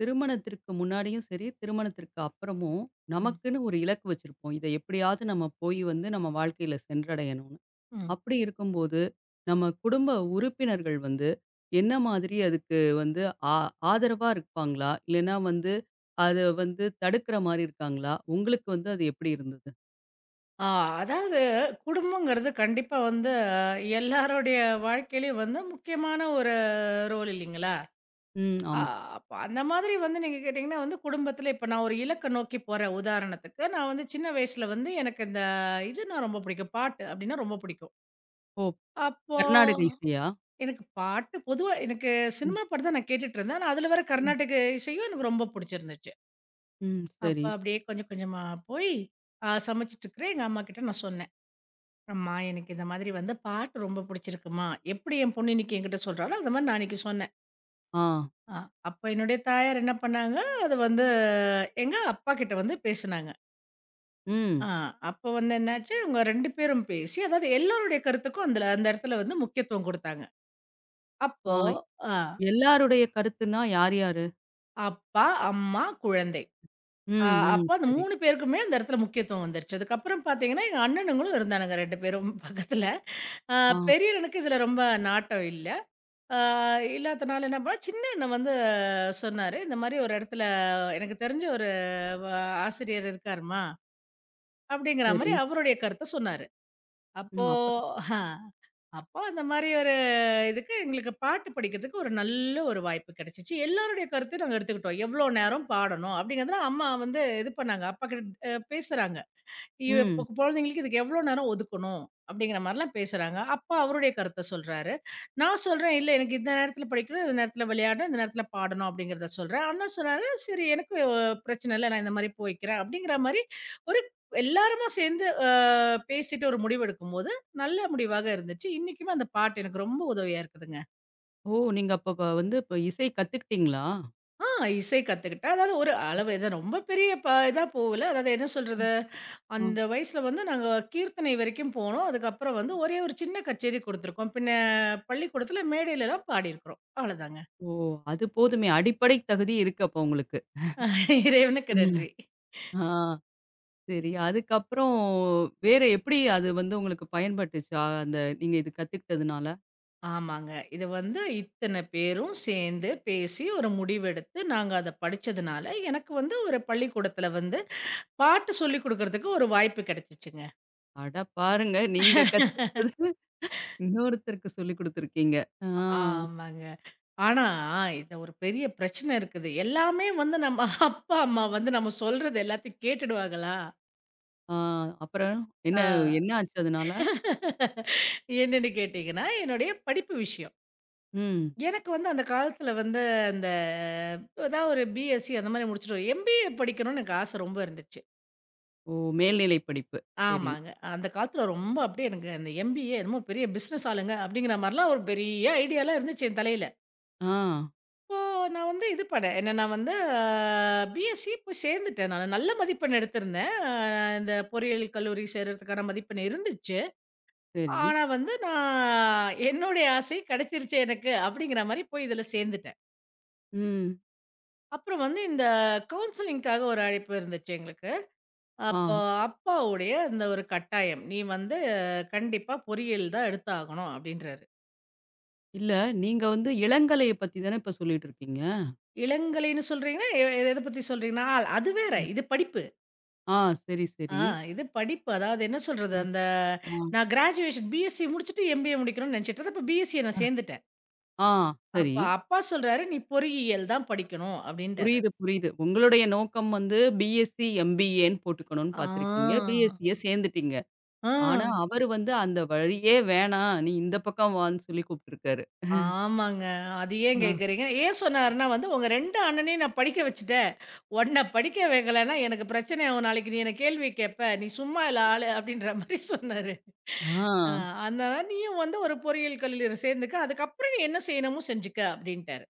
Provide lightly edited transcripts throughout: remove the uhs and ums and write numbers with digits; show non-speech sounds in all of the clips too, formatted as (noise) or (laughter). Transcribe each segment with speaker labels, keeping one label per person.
Speaker 1: திருமணத்திற்கு முன்னாடியும் சரி, திருமணத்திற்கு அப்புறமும்
Speaker 2: ம்.
Speaker 1: நமக்குன்னு ஒரு இலக்கு வச்சிருப்போம். இத எப்படியாவது நம்ம போய் வந்து நம்ம வாழ்க்கையில சென்றடையணும்னு.
Speaker 2: ம்.
Speaker 1: அப்படி இருக்கும்போது, நம்ம குடும்ப உறுப்பினர்கள் வந்து என்ன மாதிரி அதுக்கு வந்து ஆ ஆதரவா இருப்பாங்களா? இல்லைன்னா வந்து அத வந்து தடுக்கிற மாரி இருக்காங்களா? உங்களுக்கு வந்து அது எப்படி இருந்தது?
Speaker 2: ஆ அதாவது குடும்பங்கிறது கண்டிப்பா வந்து எல்லாருடைய வாழ்க்கையிலயும் வந்து முக்கியமான ஒரு ரோல் இல்லைங்களா?
Speaker 1: ம்.
Speaker 2: ஆ
Speaker 1: ஆமா.
Speaker 2: அப்ப அந்த மாதிரி வந்து நீங்க கேட்டீங்கன்னா வந்து குடும்பத்தில இப்ப நான் ஒரு இலக்க நோக்கி போறேன் உதாரணத்துக்கு, நான் வந்து சின்ன வயசுல வந்து எனக்கு இந்த இதுனா ரொம்ப பிடிக்கும். பாட்டு அப்படின்னா ரொம்ப பிடிக்கும்.
Speaker 1: ஓ!
Speaker 2: அப்போ
Speaker 1: கர்நாடக இசையா?
Speaker 2: எனக்கு பாட்டு பொதுவா எனக்கு
Speaker 1: ம்,
Speaker 2: சினிமா பாட்டு தான் நான் கேட்டுட்டுருந்தேன். ஆனா அதில வர
Speaker 1: ம்,
Speaker 2: கர்நாடக இசையும் எனக்கு ரொம்ப பிடிச்சிருந்துச்சு.
Speaker 1: ம்.
Speaker 2: அப்ப
Speaker 1: சரி.
Speaker 2: அப்படியே கொஞ்சம் கொஞ்சமா போய் சமைச்சுட்டுருக்கிறேன். எங்க அம்மாகிட்ட நான் சொன்னேன். ஆமா. எனக்கு இந்த மாதிரி வந்து பாட்டு ரொம்ப புடிச்சிருக்குமா, எப்படி என் பொண்ணு இன்னைக்கு என்கிட்ட சொல்றாளோ, அந்த மாரி நான் அன்னைக்கு சொன்னேன்.
Speaker 1: ஆ.
Speaker 2: அ அப்ப என்னுடைய தாயார் என்ன பண்ணாங்க, அது வந்து எங்க அப்பாகிட்ட வந்து பேசுனாங்க. அ
Speaker 1: ம்.
Speaker 2: அப்ப வந்து என்னாச்சு, அவங்க 2 பேரும் பேசி, அதாவது எல்லோருடைய கருத்துக்கும் அந்த அந்த இடத்துல வந்து முக்கியத்துவம் குடுத்தாங்க. அப்போ
Speaker 1: ஆ,
Speaker 2: அ
Speaker 1: எல்லாருடைய கருத்துன்னா யார் யாரு?
Speaker 2: அப்பா, அம்மா, குழந்தை. அ
Speaker 1: ம், ம்.
Speaker 2: அப்ப அந்த
Speaker 1: சரி.
Speaker 2: 3 பேருக்குமே அந்த இடத்துல முக்கியத்துவம் வந்துருச்சு. அதுக்கப்புறம் பாத்தீங்கன்னா, எங்க அண்ணனுங்களும் இருந்தானுங்க 2 பேரும் பக்கத்துல. அ
Speaker 1: ஆ.
Speaker 2: பெரியவனுக்கு இதுல ரொம்ப நாட்டம் இல்ல. ஆ, இல்லாதனால என்ன பண்ணோம், சின்ன அண்ணன் வந்து சொன்னாரு. இந்த மாரி ஒரு இடத்துல எனக்கு தெரிஞ்ச ஒரு வ ஆசிரியர் இருக்காரும்மா, அப்படிங்கிற
Speaker 1: சரி.
Speaker 2: மாரி அவருடைய கருத்த சொன்னாரு. அப்போ
Speaker 1: ம். அப்புறம்.
Speaker 2: ஹ அப்போ அந்த மாரி ஒரு இதுக்கு எங்களுக்கு பாட்டு படிக்கிறதுக்கு ஒரு நல்ல ஒரு வாய்ப்பு கிடைச்சுச்சு. எல்லாருடைய கருத்தையும் நாங்க எடுத்துக்கிட்டோம். எவ்வளோ நேரம் பாடணும் அப்படிங்கிறதுல அம்மா வந்து இது பண்ணாங்க. அப்பா கிட்ட பேசுறாங்க.
Speaker 1: ம்.
Speaker 2: இப்ப குழந்தைங்களுக்கு இதுக்கு எவ்வளோ நேரம் ஒதுக்கணும்? அப்படிங்கிற மாரிலாம் பேசுறாங்க. அப்பா அவருடைய கருத்த சொல்றாரு. நான் சொல்றேன், "இல்ல எனக்கு இந்த நேரத்தில படிக்கணும், இந்த நேரத்தில விளையாடணும், இந்த நேரத்தில பாடணும்." அப்படிங்கிறத சொல்றேன். அண்ணன் சொல்றாரு, "சரி எனக்கு பிரச்சனை இல்ல. நான் இந்த மாரி போய்க்கிறேன்." அப்படிங்கிற மாரி ஒரு எல்லாருமா சேர்ந்து பேசிட்டு ஒரு முடிவெடுக்கும்போது, நல்ல முடிவாக இருந்துச்சு. இன்னைக்குமே அந்த பாட்டு எனக்கு ரொம்ப உதவியா இருக்குதுங்க.
Speaker 1: ஓ! நீங்க அப்ப வந்து இப்ப இசை கத்துக்கிட்டீங்களா?
Speaker 2: ஆ இசை கத்துக்கிட்டேன். அதாவது ஒரு அளவு இது ரொம்ப பெரிய இதா போகல. அதாவது என்ன சொல்றது,
Speaker 1: ஆ.
Speaker 2: அந்த வயசுல வந்து நாங்க கீர்த்தனை வரைக்கும் போனோம். அதுக்கப்புறம் வந்து ஒரே ஒரு சின்ன கச்சேரி குடுத்துருக்கோம். பின்ன பள்ளிக்கூடத்துல மேடையிலலாம் பாடியிருக்கிறோம். அவ்வளோதாங்க.
Speaker 1: ஓ! அது போதுமே. அடிப்படை தகுதி இருக்கு அப்ப உங்களுக்கு.
Speaker 2: (laughs) இறைவனுக்கு
Speaker 1: ம்.
Speaker 2: நன்றி.
Speaker 1: ஆ, சரி. அதுக்கப்புறம் வேற எப்படி அது வந்து உங்களுக்கு பயன்பட்டுச்சா? அந்த நீங்க இது கத்துக்கிட்டதுனால?
Speaker 2: ஆமாங்க. இது வந்து இத்தன பேரும் சேர்ந்து பேசி ஒரு முடிவெடுத்து நாங்க அத படிச்சதுனால, எனக்கு வந்து ஒரு பள்ளிக்கூடத்துல வந்து பாட்டு சொல்லிக் குடுக்கறதுக்கு ஒரு வாய்ப்பு கிடைச்சுச்சுங்க.
Speaker 1: அட பாருங்க! நீங்க கத்துக்கிட்டது இன்னொருத்தருக்கு சொல்லிக் குடுத்துருக்கீங்க. ஆ,
Speaker 2: ஆமாங்க. ஆனா, இந்த ஒரு பெரிய பிரச்சனை இருக்குது. எல்லாமே வந்து நம்ம (laughs) அப்பா, அம்மா வந்து நம்ம சொல்றது எல்லாத்தையும் கேட்டுடுவாங்களா?
Speaker 1: ஆ, அப்புறம் என்ன,
Speaker 2: ஆ.
Speaker 1: என்ன ஆச்சு அதனால?
Speaker 2: என்னன்னு கேட்டீங்கன்னா, என்னுடைய படிப்பு விஷயம்.
Speaker 1: ம்.
Speaker 2: எனக்கு வந்து அந்த காலத்துல வந்து அந்த ஏதாவது ஒரு பிஎஸ்சி அந்த மாரி முடிச்சுட்டு ஒரு எம்பிஏ படிக்கணும்னு எனக்கு ஆசை ரொம்ப இருந்துச்சு.
Speaker 1: ஓ! மேல்நிலை படிப்பு. சரி.
Speaker 2: ஆமாங்க. அந்த காலத்துல ரொம்ப அப்படியே எனக்கு அந்த எம்பிஏ என்னமோ பெரிய பிசினஸ் ஆளுங்க அப்படிங்கிற மாரிலாம் ஒரு பெரிய ஐடியாலாம் இருந்துச்சு என் தலையில.
Speaker 1: ஆ,
Speaker 2: இப்போ நான் வந்து இது பண்ணேன். என்னன்னா வந்து பிஎஸ்சி போய் சேர்ந்துட்டேன் நானு. நல்ல மதிப்பெண் எடுத்திருந்தேன். இந்த பொறியியல் கல்லூரி சேர்றதுக்கான மதிப்பெண் இருந்துச்சு.
Speaker 1: சரி.
Speaker 2: ஆனா வந்து நான் என்னுடைய ஆசை கிடைச்சிருச்சு எனக்கு அப்படிங்கிற மாரி போய் இதுல சேர்ந்துட்டேன்.
Speaker 1: ம்.
Speaker 2: அப்புறம் வந்து இந்த கவுன்சிலிங்க்காக ஒரு அழைப்பு இருந்துச்சு எங்களுக்கு.
Speaker 1: ஆ.
Speaker 2: அப்போ அப்பாவுடைய இந்த ஒரு கட்டாயம். "நீ வந்து கண்டிப்பா பொறியியல் தான் எடுத்தாகணும்" அப்படின்றாரு.
Speaker 1: இல்ல, நீங்க வந்து இளங்கலைய பத்தி தானே இப்ப சொல்லிட்டு இருக்கீங்க?
Speaker 2: இளங்கலைன்னு சொல்றீங்கன்னா எத பத்தி சொல்றீங்கன்னா? ஆ, அது வேற. இது படிப்பு.
Speaker 1: ஆ, சரி,
Speaker 2: ஆ
Speaker 1: சரி.
Speaker 2: இது படிப்பு. அதாவது என்ன சொல்றது,
Speaker 1: அ,
Speaker 2: அந்த
Speaker 1: ஆ,
Speaker 2: நான் கிராஜுவேஷன் பிஎஸ்சி முடிச்சுட்டு எம்பிஏ முடிக்கணும்னு நெனச்சுட்டு இருந்தேன். அப்ப பிஎஸ்சி
Speaker 1: அ,
Speaker 2: நான் சேர்ந்துட்டேன்.
Speaker 1: ஆ, சரி.
Speaker 2: அப்ப அப்பா சொல்றாரு, "நீ பொறியியல் தான் படிக்கணும்" அப்படின்ட்டாரு.
Speaker 1: புரியுது, புரியுது. உங்களுடைய நோக்கம் வந்து பிஎஸ்சி, எம்பிஏன்னு போட்டுக்கணும்னு
Speaker 2: ஆ.
Speaker 1: பார்த்திருக்கீங்க. பிஎஸ்சிய சேர்ந்துட்டீங்க.
Speaker 2: ஆ.
Speaker 1: ஆனா, அவரு வந்து அந்த வழியே வேணாம், நீ இந்த பக்கம் வான்னு சொல்லி கூப்ட்டுருக்காரு.
Speaker 2: ஆமாங்க. அது ஏன்
Speaker 1: ஆ,
Speaker 2: கேட்குறீங்க? ஏன் சொன்னாருன்னா வந்து, "உங்க 2 அண்ணனையும் நான் படிக்க வச்சுட்டேன். உன்ன படிக்க வைக்கலன்னா எனக்கு பிரச்சனை ஆகும். நாளைக்கு நீ என்ன கேள்வி கேட்ப. நீ சும்மா இல்ல ஆளு" அப்படின்ற மாரி சொன்னாரு.
Speaker 1: ஆ.
Speaker 2: ஆ "அதனால நீயும் வந்து ஒரு பொறியியல் கல்லூரியில சேர்ந்துக்க. அதுக்கப்புறம் நீ என்ன செய்யணுமோ செஞ்சுக்க" அப்படின்ட்டாரு.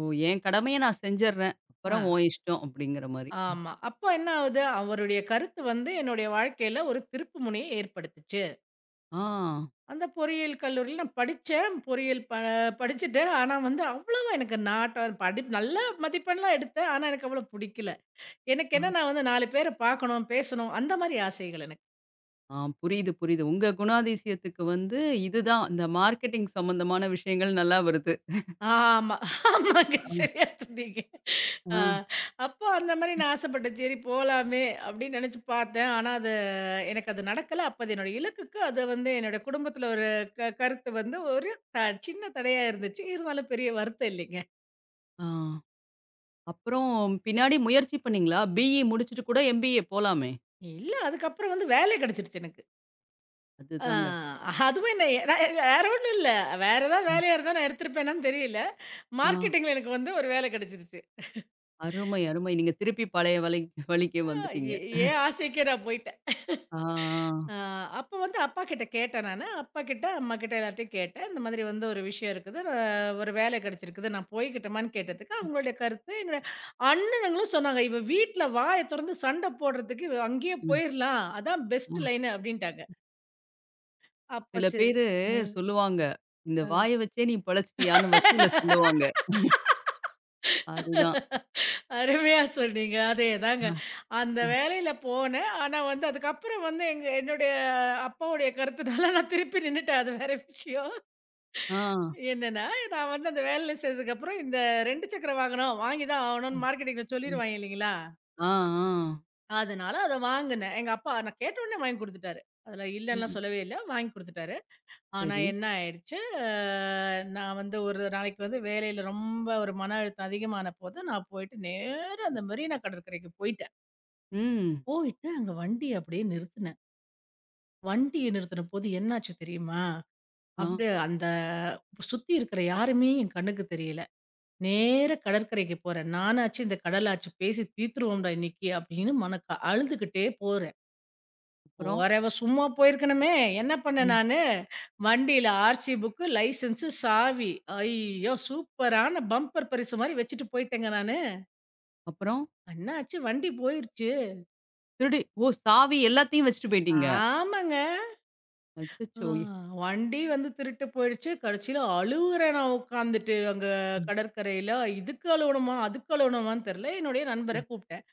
Speaker 1: ஓ! என் கடமைய நான் செஞ்சர்றேன்.
Speaker 2: ஆ.
Speaker 1: அப்புறம் உன் இஷ்டம் அப்படிங்கிற மாரி.
Speaker 2: ஆமா. அப்போ என்ன ஆகுது, அவருடைய கருத்து வந்து என்னுடைய வாழ்க்கையில ஒரு திருப்புமுனைய ஏற்படுத்துச்சு.
Speaker 1: ஆ,
Speaker 2: அந்த பொறியியல் கல்லூரியில நான் படிச்சேன். பொறியியல் படிச்சுட்டேன். ஆனா வந்து அவ்வளவா எனக்கு நாட்டம் படி நல்ல மதிப்பெண்லாம் எடுத்தேன். ஆனா எனக்கு அவ்வளோ புடிக்கல. எனக்கு
Speaker 1: ஆ,
Speaker 2: என்ன நான் வந்து 4 பேர பார்க்கணும், பேசணும் அந்த மாரி ஆசைகள் எனக்கு.
Speaker 1: ஆ, புரியுது, புரியுது. உங்க குணாதிசயத்துக்கு வந்து இதுதான் இந்த மார்க்கெட்டிங் சம்மந்தமான விஷயங்கள் நல்லா வருது.
Speaker 2: ஆமா. ஆமாங்க.
Speaker 1: ஆ,
Speaker 2: சரியா சொன்னீங்க. ஆ
Speaker 1: ஆ.
Speaker 2: அப்போ அந்த மாரி நான் ஆசைப்பட்டேன். சரி போலாமே அப்படின்னு நெனச்சு பார்த்தேன். ஆனா எனக்கு அது நடக்கல. அப்ப அது என்னோட இலக்குக்கு அது வந்து என்னோட குடும்பத்துல ஒரு கருத்து வந்து ஒரு த சின்ன தடையா இருந்துச்சு. இருந்தாலும் பெரிய வருத்தம் இல்லைங்க.
Speaker 1: ஆ. அப்புறம் பின்னாடி முயற்சி பண்ணீங்களா? பிஇ முடிச்சுட்டு கூட எம்பிஏ போலாமே!
Speaker 2: இல்ல அதுக்கப்புறம் வந்து வேலை கிடைச்சிருச்சு எனக்கு. ஆ
Speaker 1: அதுதாங்க.
Speaker 2: அதுவும் என்ன வேற ஒண்ணும் இல்ல. வேற ஏதாவது
Speaker 1: ம்.
Speaker 2: வேலையா இருந்தா நான் எடுத்திருப்பேனான்னு தெரியல.
Speaker 1: ஆ,
Speaker 2: மார்க்கெட்டிங்ல எனக்கு வந்து ஒரு வேலை கிடைச்சிருச்சு.
Speaker 1: அருமை, அருமை. நீங்க திருப்பி பழைய வழிக்கே
Speaker 2: அ
Speaker 1: வந்துட்டீங்க.
Speaker 2: எ என் ஆசைக்கே நான் போய்ட்டேன்.
Speaker 1: ஆ, ஆ.
Speaker 2: அ அப்ப வந்து அப்பா கிட்ட கேட்டேன் நானு. அப்பா கிட்ட, அம்மா கிட்ட எல்லார்ட்டயும் கேட்டேன். இந்த மாதிரி வந்து ஒரு விஷயம் இருக்குது. ஒரு வேலை கிடைச்சிருக்குது. நான் போய்க்கிட்டுமான்னு கேட்டதுக்கு, அவங்களுடைய கருத்து என்னோட அண்ணனுங்களும் சொன்னாங்க. "இவ வீட்ல வாய தொறந்து சண்ட போடுறதுக்கு இவ அங்கேயே
Speaker 1: ம்.
Speaker 2: போயிரலாம். அதான் பெஸ்ட்
Speaker 1: ஆ.
Speaker 2: லைனு" அப்படின்ட்டாங்க. அப்ப
Speaker 1: சில
Speaker 2: சே
Speaker 1: பேரு சொல்லுவாங்க, "இந்த
Speaker 2: ம்ஹ்ம்.
Speaker 1: வாய வச்சே நீ பிழைச்சிட்டியான்னு" வக்கீல சொல்லுவாங்க. அதுதான்.
Speaker 2: அருமையா சொன்னீங்க. அதேதாங்க. அந்த
Speaker 1: அ,
Speaker 2: வேலையில போனேன். ஆனா வந்து அதுக்கப்புறம் வந்து என்னுடைய அப்பாவுடைய கருத்துனால நான் திருப்பி நின்னுட்டேன். அது வேற விஷயம்.
Speaker 1: ஆ.
Speaker 2: என்னன்னா, நான் வந்து அந்த வேலையில சேர்ந்ததுக்கப்புறம், இந்த 2 சக்கர வாகனம் வாங்கி தான் ஆவணும்ன்னு
Speaker 1: ம்,
Speaker 2: மார்க்கெட்டிங்ல
Speaker 1: ம்.
Speaker 2: சொல்லிருவாய்ங்க இல்லைங்களா?
Speaker 1: ஆ, ஆ.
Speaker 2: அதனால அத வாங்குனேன். எங்க அப்பா நான் கேட்டவுடனே வாங்கி குடுத்துட்டாரு. அதுல
Speaker 1: ம்.
Speaker 2: இல்லன்லாம்
Speaker 1: ம்.
Speaker 2: சொல்லவே இல்ல. வாங்கி குடுத்துட்டாரு. ஆனா
Speaker 1: சரி.
Speaker 2: என்ன ஆயிடுச்சு, அ நான் வந்து ஒரு நாளைக்கு வந்து வேலையில ரொம்ப ஒரு மன அழுத்தம் அதிகமான போது, நான் போயிட்டு நேரா அந்த மெரினா கடற்கரைக்கு போயிட்டேன்.
Speaker 1: ம்.
Speaker 2: போயிட்டு அங்க வண்டிய அப்படியே நிறுத்துனேன். வண்டிய நிறுத்தின போது என்னாச்சு தெரியுமா?
Speaker 1: ஆ.
Speaker 2: அப்படியே அந்த சுத்தி இருக்கிற யாருமே என் கண்ணுக்கு தெரியல. நேரா கடற்கரைக்கு போறேன். நானாச்சு இந்த கடலாச்சு பேசி தீர்த்துருவோம்டா இன்னைக்கு அப்படின்னு மனக்க அழுதுகிட்டே போறேன்.
Speaker 1: அப்புறம்?
Speaker 2: போறவ சும்மா போயிருக்கணுமே! என்ன பண்ணேன்
Speaker 1: ம்.
Speaker 2: நானு, வண்டியில ஆர்சி புக்கு, லைசென்ஸு, சாவி. ஐயோ! சூப்பரான பம்பர் பரிசு மாரி வச்சுட்டு போயிட்டேங்க நானு.
Speaker 1: அப்புறம்?
Speaker 2: என்னாச்சு வண்டி போயிருச்சு.
Speaker 1: திருடி. ஓ! சாவி எல்லாத்தையும் வச்சுட்டு போயிட்டீங்க.
Speaker 2: ஆமாங்க. ஆ
Speaker 1: அச்சச்சோ!
Speaker 2: வண்டி வந்து திருட்டு போயிடுச்சு. கடைசியில அழுவுறேன் நான் உட்காந்துட்டு அங்க
Speaker 1: ம்,
Speaker 2: கடற்கரையில. இதுக்கு அழுவணுமா? அதுக்கு அழுவணுமான்னு தெரியல. என்னுடைய நண்பர
Speaker 1: ம்.
Speaker 2: கூப்ட்டேன்.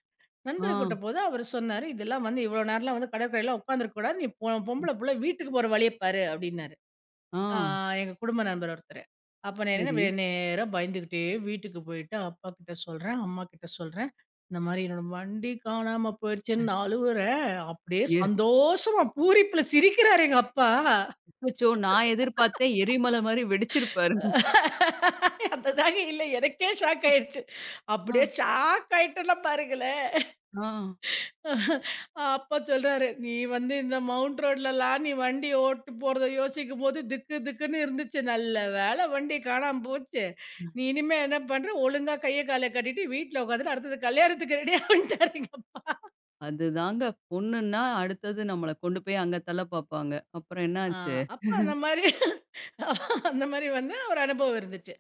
Speaker 1: ஆ.
Speaker 2: நண்பர கூட்ட போது அவரு சொன்னாரு, "இதெல்லாம் வந்து இவ்வளோ நேரம்லாம் வந்து கடற்கரையிலாம் உட்காந்துருக்க கூடாது. நீ பொம்பள புள்ள வீட்டுக்கு போற வழிய பாரு" அப்டின்னாரு.
Speaker 1: ஆ,
Speaker 2: ஆ எங்க குடும்ப நண்பர் ஒருத்தரு. அப்ப நான் என்ன
Speaker 1: சரி.
Speaker 2: நேரா பயந்துகிட்டே வீட்டுக்கு போயிட்டு அப்பாகிட்ட சொல்றேன், அம்மாகிட்ட சொல்றேன். இந்த மாரி என்னோட வண்டி காணாம போயிருச்சுன்னு நான் அழுவுறேன். அப்படியே
Speaker 1: எ
Speaker 2: சந்தோஷமா பூரிப்புல சிரிக்கிறாரு எங்க அப்பா.
Speaker 1: அச்சச்சோ! நான் எதிர்பார்த்தேன் எரிமலை மாரி வெடிச்சிருப்பாருன்னு.
Speaker 2: (laughs) அதுதாங்க இல்ல எனக்கே ஷாக் ஆயிடுச்சு.
Speaker 1: ஆ,
Speaker 2: அப்படியே ஷாக் ஆயிட்டேன்னா பாருங்களேன்.
Speaker 1: ஆ.
Speaker 2: அப்பா சொல்றாரு, "நீ வந்து இந்த மவுண்ட் ரோட்லலாம் நீ வண்டி ஓட்டு போறத யோசிக்கும்போது திக்கு திக்குன்னு இருந்துச்சு. நல்ல வேளை வண்டி காணாம போச்சு. நீ இனிமே என்ன பண்ற? ஒழுங்கா கைய கால கட்டிட்டு வீட்ல உட்காந்துட்டு அடுத்தது கல்யாணத்துக்கு ரெடியா" வந்துட்டாருங்க.
Speaker 1: அதுதாங்க, பொண்ணுன்னா அடுத்தது நம்மள கொண்டு போய் அங்க தள்ள பார்ப்பாங்க. அப்புறம் என்ன
Speaker 2: ஆ
Speaker 1: ஆச்சு?
Speaker 2: அப்ப அந்த மாரி வந்து ஒரு அனுபவம் இருந்துச்சு.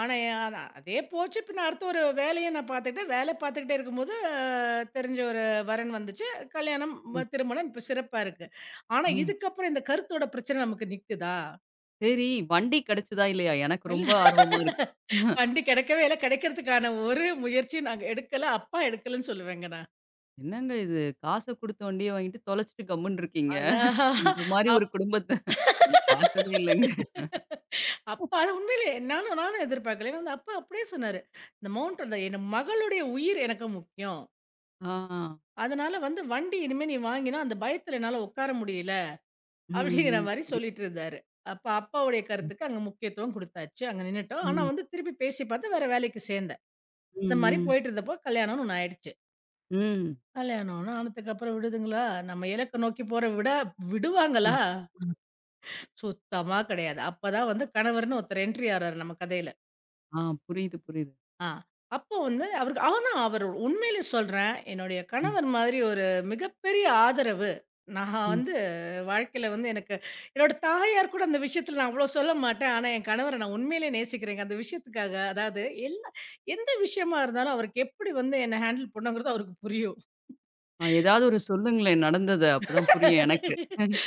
Speaker 2: ஆனா, எ அ அதே போச்சு. பின்ன அடுத்து ஒரு வேலையும் நான் பார்த்துக்கிட்டேன். வேலை பார்த்துக்கிட்டே இருக்கும்போது, தெரிஞ்ச ஒரு வரன் வந்துச்சு. கல்யாணம்,
Speaker 1: ம்,
Speaker 2: திருமணம் இப்ப சிறப்பா இருக்கு. ஆனா,
Speaker 1: ம்.
Speaker 2: இதுக்கப்புறம் இந்த கருத்தோட பிரச்சனை நமக்கு நிக்குதா?
Speaker 1: சரி, வண்டி கிடைச்சதா இல்லையா? எனக்கு ரொம்ப
Speaker 2: இல்ல
Speaker 1: ஆர்வமா இருக்கு.
Speaker 2: வண்டி கிடைக்கவே இல்ல. கிடைக்கிறதுக்கான ஒரு முயற்சியும் நாங்க எடுக்கல. அப்பா எடுக்கலன்னு சொல்லுவேங்க நான்.
Speaker 1: என்னங்க இது, காச குடுத்த வண்டிய வாங்கிட்டு தொலைச்சுட்டு கம்முன்னு இருக்கீங்க.
Speaker 2: அதான்.
Speaker 1: இந்த மாரி ஒரு குடும்பத்த பார்த்ததே இல்லங்க.
Speaker 2: அப் அப்பா அது உண்மையிலே நானும் நானும் எதிர்பார்க்கல. ஏன்னா வந்து அப்பா அப்படியே சொன்னாரு. "இந்த மவுண்ட் அந்த என் மகளுடைய உயிர் எனக்கு முக்கியம்.
Speaker 1: ஆ,
Speaker 2: அதனால வந்து வண்டி இனிமே நீ வாங்கினா, அந்த பயத்துல என்னால உட்கார முடியல."
Speaker 1: ம்,
Speaker 2: அப்படிங்கிற
Speaker 1: ம்.
Speaker 2: மாரி
Speaker 1: புரியுது.
Speaker 2: சொல்லிட்டு இருந்தாரு. அப்ப அப்பாவுடைய
Speaker 1: ம்,
Speaker 2: கருத்துக்கு அங்க முக்கியத்துவம் குடுத்தாச்சு. அங்க நின்னுட்டோம். ஆனா
Speaker 1: ம்,
Speaker 2: வந்து திருப்பி பேசி பார்த்து வேற வேலைக்கு சேர்ந்தேன். இந்த மாரி
Speaker 1: ம்.
Speaker 2: போயிட்டு இருந்தப்போ கல்யாணம்னு ஒண்ணு ஆயிடுச்சு.
Speaker 1: ம்.
Speaker 2: கல்யாணம்னு ஆனதுக்கப்புறம் விடுதுங்களா? நம்ம இலக்க நோக்கி போற
Speaker 1: ஆ,
Speaker 2: விடுவாங்களா? சுத்தமா கிடையாது. அப்பதான் வந்து கணவர்ன்னு ஒருத்தர் என்ட்ரி ஆறாரு நம்ம கதையில.
Speaker 1: ஆ, புரியுது, புரியுது.
Speaker 2: ஆ. அப்போ வந்து அவருக்கு ஆனா அவரு உண்மையிலே சொல்றேன். என்னுடைய
Speaker 1: ம்,
Speaker 2: கணவர் மாதிரி ஒரு மிகப்பெரிய ஆதரவு. நான்
Speaker 1: ம்.
Speaker 2: வந்து வாழ்க்கையில வந்து எனக்கு என்னோட தாயார் கூட அந்த விஷயத்தில நான் அவ்வளோ சொல்ல மாட்டேன். ஆனா என் கணவர நான் உண்மையிலே நேசிக்கிறேங்க. அந்த விஷயத்துக்காக அதாவது எல்லா எந்த விஷயமா இருந்தாலும் அவருக்கு எப்படி வந்து என்ன ஹேண்டில் பண்ணணுங்கிறது அவருக்கு புரியும்.
Speaker 1: ஆ, ஏதாவது ஒரு சொல்லுங்களேன் நடந்தத. அப்பதான் புரியும் எனக்கு.
Speaker 2: (laughs)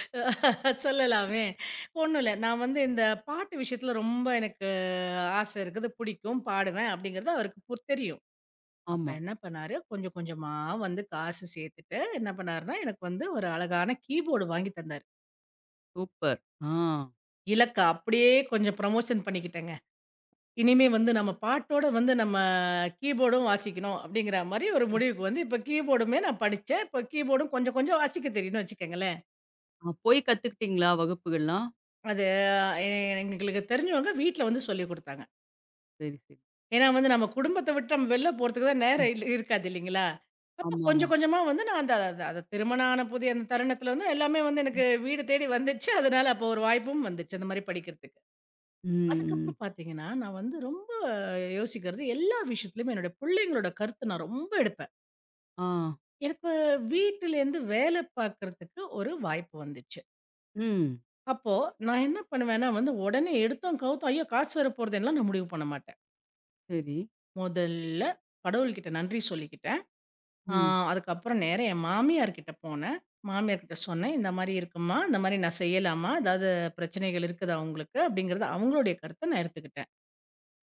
Speaker 2: சொல்லலாமே. ஒண்ணும் இல்ல. நான் வந்து இந்த பாட்டு விஷயத்தில ரொம்ப எனக்கு ஆசை இருக்குது. பிடிக்கும். பாடுவேன் அப்படிங்கிறது அவருக்கு தெரியும். அப்ப
Speaker 1: ஆமா.
Speaker 2: என்ன பண்ணாரு, கொஞ்சம் கொஞ்சமா வந்து காசு சேர்த்துட்டு, என்ன பண்ணாருன்னா, எனக்கு வந்து ஒரு அழகான கீபோர்டு வாங்கி தந்தாரு.
Speaker 1: சூப்பர். ஆ.
Speaker 2: இலக்க அப்படியே கொஞ்சம் ப்ரமோஷன் பண்ணிக்கிட்டேங்க. இனிமே வந்து நம்ம பாட்டோட வந்து நம்ம கீபோர்டும் வாசிக்கணும் அப்படிங்கிற மாரி ஒரு முடிவுக்கு வந்து இப்ப கீபோர்டுமே நான் படிச்சேன். இப்ப கீபோர்டும் கொஞ்சம் கொஞ்சம் வாசிக்க தெரியும்னு வச்சுக்கங்களேன்.
Speaker 1: ஆ, போய் கத்துக்கிட்டீங்களா வகுப்புகள்லாம்?
Speaker 2: அது எ எங்களுக்கு தெரிஞ்சவங்க வீட்ல வந்து சொல்லிக் குடுத்தாங்க.
Speaker 1: சரி, சரி.
Speaker 2: ஏன்னா வந்து நம்ம குடும்பத்த விட்டு நம்ம வெளில போறதுக்கு தான்
Speaker 1: ம்.
Speaker 2: நேரம் இருக்காது இல்லைங்களா? அப்ப
Speaker 1: ஆமாமா.
Speaker 2: கொஞ்சம் கொஞ்சமா வந்து நான் அந்த அத அத திருமணம் ஆன புதிய அந்த தருணத்துல வந்து எல்லாமே வந்து எனக்கு வீடு தேடி வந்துச்சு. அதனால அப்போ ஒரு வாய்ப்பும் வந்துச்சு அந்த மாரி படிக்கிறதுக்கு.
Speaker 1: ம்.
Speaker 2: அதுக்கப்புறம் பார்த்தீங்கன்னா, நான் வந்து ரொம்ப யோசிக்கிறது எல்லா விஷயத்துலயுமே என்னோட பிள்ளைங்களோட கருத்து நான் ரொம்ப எடுப்பேன்.
Speaker 1: ஆ.
Speaker 2: எனக்கு வீட்டிலேருந்து வேலை பார்க்கறதுக்கு ஒரு வாய்ப்பு வந்துச்சு.
Speaker 1: ம்.
Speaker 2: அப்போ நான் என்ன பண்ணுவேன்னா வந்து உடனே எடுத்தோம் கவுத்தோம், ஐயோ! காசு வரப்போறதுன்லாம் நான் முடிவு பண்ண மாட்டேன்.
Speaker 1: சரி.
Speaker 2: முதல்ல கடவுள்கிட்ட நன்றி சொல்லிக்கிட்டு ஆ
Speaker 1: ம்.
Speaker 2: அதுக்கப்புறம் நேரா என் மாமியார் கிட்ட போனேன். மாமியார் கிட்ட சொன்னேன். இந்த மாரி இருக்கும்மா, இந்த மாரி நான் செய்யலாமா? ஏதாவது பிரச்சனைகள் இருக்குதா உங்களுக்கு? அப்படிங்கிறத அவங்களுடைய கருத்த நான் எடுத்துக்கிட்டேன்.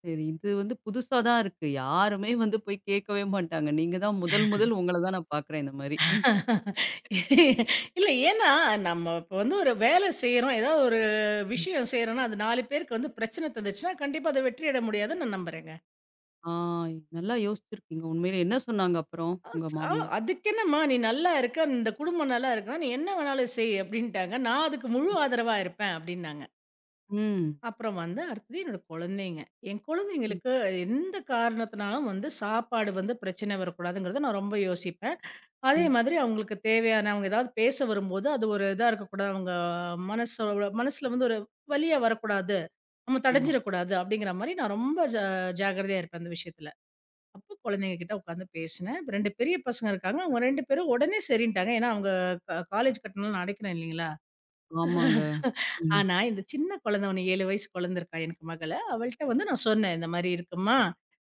Speaker 1: சரி. இது வந்து புதுசா தான் இருக்கு. யாருமே வந்து போய் கேட்கவே மாட்டாங்க. நீங்க தான் முதல் முதல் உங்கள தான் நான் பார்க்குறேன் இந்த மாரி.
Speaker 2: இல்ல ஏன்னா, நம்ம இப்போ வந்து ஒரு வேலை செய்றோம். ஏதாவது ஒரு விஷயம் செய்றோம்னா, அது 4 பேருக்கு வந்து பிரச்சனை தந்துச்சுன்னா, கண்டிப்பா அத வெற்றியடைய முடியாதுன்னு நான் நம்புறேங்க.
Speaker 1: ஆ, நல்லா யோசிச்சிருக்கீங்க உண்மையிலே. என்ன சொன்னாங்க அப்புறம்
Speaker 2: அ
Speaker 1: உங்க
Speaker 2: ஸ்
Speaker 1: மாமியார்?
Speaker 2: அதுக்கென்னம்மா நீ நல்லா இருக்க, இந்த குடும்பம் நல்லா இருக்குன்னா, நீ என்ன வேணாலும் செய்" அப்படின்ட்டாங்க. நான் அதுக்கு முழு
Speaker 1: ம்.
Speaker 2: ஆதரவா இருப்பேன் அப்படின்னாங்க. அப்புறம் வந்து அடுத்தது என்னோட குழந்தைங்க. என்
Speaker 1: ம்.
Speaker 2: குழந்தைங்களுக்கு எந்த காரணத்தினாலும் வந்து சாப்பாடு வந்து பிரச்சனை வரக்கூடாதுங்கிறத நான் ரொம்ப யோசிப்பேன். அதே
Speaker 1: ம்.
Speaker 2: மாதிரி அவங்களுக்கு தேவையான அவங்க ஏதாவது பேச வரும்போது, அது ஒரு இதா இருக்கக்கூடாது. அவங்க மனசுல வந்து ஒரு வலியா வரக்கூடாது. நம்ம
Speaker 1: ஆமா.
Speaker 2: தடஞ்சிடக்கூடாது அப்படிங்கிற மாரி நான் ரொம்ப ஜாக்கிரதையா இருப்பேன் அந்த விஷயத்துல. அப்போ குழந்தைங்க கிட்ட உட்காந்து பேசினேன். 2 பெரிய பசங்க இருக்காங்க. அவங்க 2 பேரும் உடனே சரின்ட்டாங்க. ஏன்னா அவங்க காலேஜ் கட்டணம்லாம் நான் அடைக்கிறேன் இல்லைங்களா?
Speaker 1: ஆமாங்க. ம்.
Speaker 2: ஆனா, இந்த சின்ன குழந்தை ஒண்ணு 7 வயசு குழந்தை இருக்கா எனக்கு மகள. அவள்ட்ட வந்து நான் சொன்னேன். இந்த மாரி இருக்கும்மா,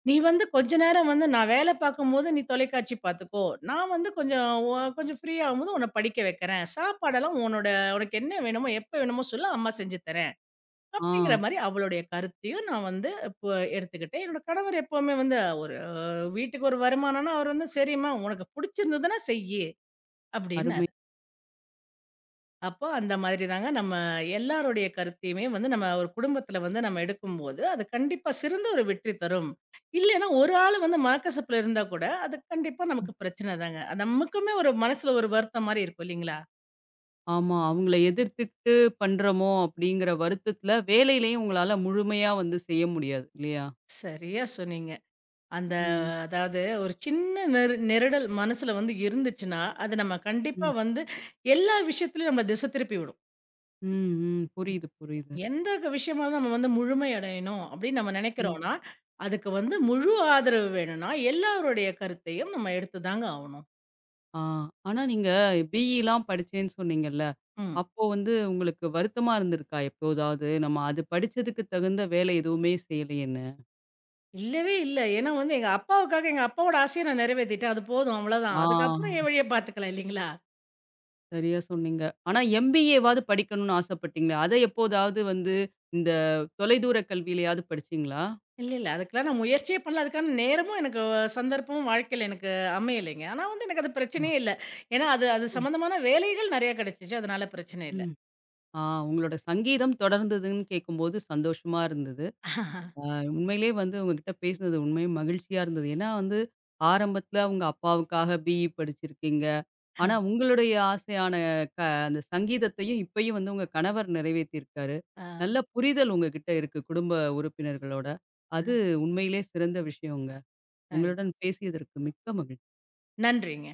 Speaker 2: நீ வந்து கொஞ்ச நேரம் வந்து நான் வேல பார்க்கும்போது நீ தொலைக்காட்சி பார்த்துக்கோ. நான் வந்து கொஞ்சம் கொஞ்சம் ஃப்ரீயாகும்போது உன்ன படிக்க வைக்கிறேன். சாப்பாடெல்லாம் உனக்கு என்ன வேணுமோ, எப்ப வேணுமோ சொல்லு அம்மா செஞ்சு தரேன்.
Speaker 1: ஆ.
Speaker 2: அப்படிங்கிற மாரி அவளுடைய கருத்தையும் நான் வந்து இப்போ எடுத்துக்கிட்டேன். என்னோட கணவர் எப்பவுமே வந்து ஒரு வீட்டுக்கு ஒரு வருமானம்னா, அவர் வந்து சரிம்மா உனக்கு புடிச்சிருந்ததுன்னா செய்யி,
Speaker 1: அருமை.
Speaker 2: அப்படின்னாரு. அப்போ அந்த மாதிரி தாங்க நம்ம எல்லாருடைய கருத்தையுமே வந்து நம்ம ஒரு குடும்பத்துல வந்து நம்ம எடுக்கும்போது, அது கண்டிப்பா சிறந்த ஒரு வெற்றி தரும். இல்லன்னா ஒரு ஆள் வந்து மனக்கசப்புல இருந்தா கூட, அது கண்டிப்பா நமக்கு பிரச்சனை தாங்க. அது நமக்குமே ஒரு மனசுல ஒரு வருத்தம் மாரி இருக்கும் இல்லைங்களா?
Speaker 1: ஆமா. அவங்கள எதிர்த்துட்டு பண்றோமோ! அப்பிடிங்கிற வருத்தத்தில வேலையிலயும் உங்களால முழுமையா வந்து செய்ய முடியாது. இல்லயா!
Speaker 2: சரியா சொன்னீங்க. அந்த
Speaker 1: ம்,
Speaker 2: அதாவது ஒரு சின்ன நெருடல் மனசுல வந்து இருந்துச்சுன்னா, அது நம்ம கண்டிப்பா
Speaker 1: ம்,
Speaker 2: வந்து எல்லா விஷயத்துலயும் நம்மள திசை திருப்பி விடும்.
Speaker 1: ம், ம். புரியுது, புரியுது.
Speaker 2: எந்த விஷயமா இருந்தா நம்ம வந்து முழுமை அடையணும் அப்படின்னு நம்ம
Speaker 1: ம்.
Speaker 2: நினைக்கிறோம்னா, அதுக்கு வந்து முழு ஆதரவு வேணும்னா, எல்லாருடைய கருத்தையும் நம்ம எடுத்துதாங்க ஆவணும்.
Speaker 1: ஆ, ஆனா நீங்க பிஇலாம் படிச்சேன்னு சொன்னீங்கல்ல.
Speaker 2: ம்.
Speaker 1: அப்போ வந்து உங்களுக்கு வருத்தமா இருந்திருக்கா எப்போதாவது? நம்ம அது படிச்சதுக்கு தகுந்த வேலை எதுவுமே செய்யலயேன்னு.
Speaker 2: இல்லவே இல்ல. ஏன்னா வந்து எங்க அப்பாவுக்காக எங்க அப்பாவோட ஆசைய நான் நிறைவேத்திட்டேன். அது போதும்
Speaker 1: ஆ,
Speaker 2: அவ்வளோதான். அதுக்கப்புறம் என் வழிய பார்த்துக்கலாம் இல்லைங்களா?
Speaker 1: சரியா சொன்னீங்க. ஆனா எம்பிஏவாவது படிக்கணுன்னு ஆசைப்பட்டீங்களே! அத எப்போதாவது வந்து இந்த தொலைதூர கல்வியிலயாவது படிச்சீங்களா?
Speaker 2: இல்ல, இல்ல. அதுக்கெல்லாம் நான் முயற்சியே பண்ணல. அதுக்கான நேரமும் எனக்கு சந்தர்ப்பமும் வாழ்க்கையில எனக்கு அமையலைங்க. ஆனா வந்து எனக்கு அது
Speaker 1: ஆ.
Speaker 2: பிரச்சனையே இல்ல. ஏன்னா அது அது
Speaker 1: ம்,
Speaker 2: சம்மந்தமான வேலைகள் நிறைய கிடைச்சுச்சு. அதனால பிரச்சனை இல்ல.
Speaker 1: ம். ஆ, உங்களோட சங்கீதம் தொடர்ந்ததுன்னு கேட்கும்போது சந்தோஷமா இருந்தது.
Speaker 2: (laughs)
Speaker 1: உண்மையிலேயே வந்து உங்ககிட்ட பேசினது உண்மையிலே மகிழ்ச்சியா இருந்தது. ஏன்னா வந்து ஆரம்பத்தில உங்க அப்பாவுக்காக பிஇ படிச்சிருக்கீங்க. ஆனா உங்களுடைய ஆசையான க அந்த சங்கீதத்தையும் இப்பயும் வந்து உங்க கணவர் நிறைவேத்தியிருக்காரு.
Speaker 2: ஆ, ஆ.
Speaker 1: நல்ல புரிதல் உங்ககிட்ட இருக்கு குடும்ப உறுப்பினர்களோட. அது உண்மையிலே சிறந்த விஷயங்க.
Speaker 2: ஆ.
Speaker 1: உங்களுடன் பேசியதற்கு மிக்க மகிழ்ச்சி.
Speaker 2: நன்றிங்க.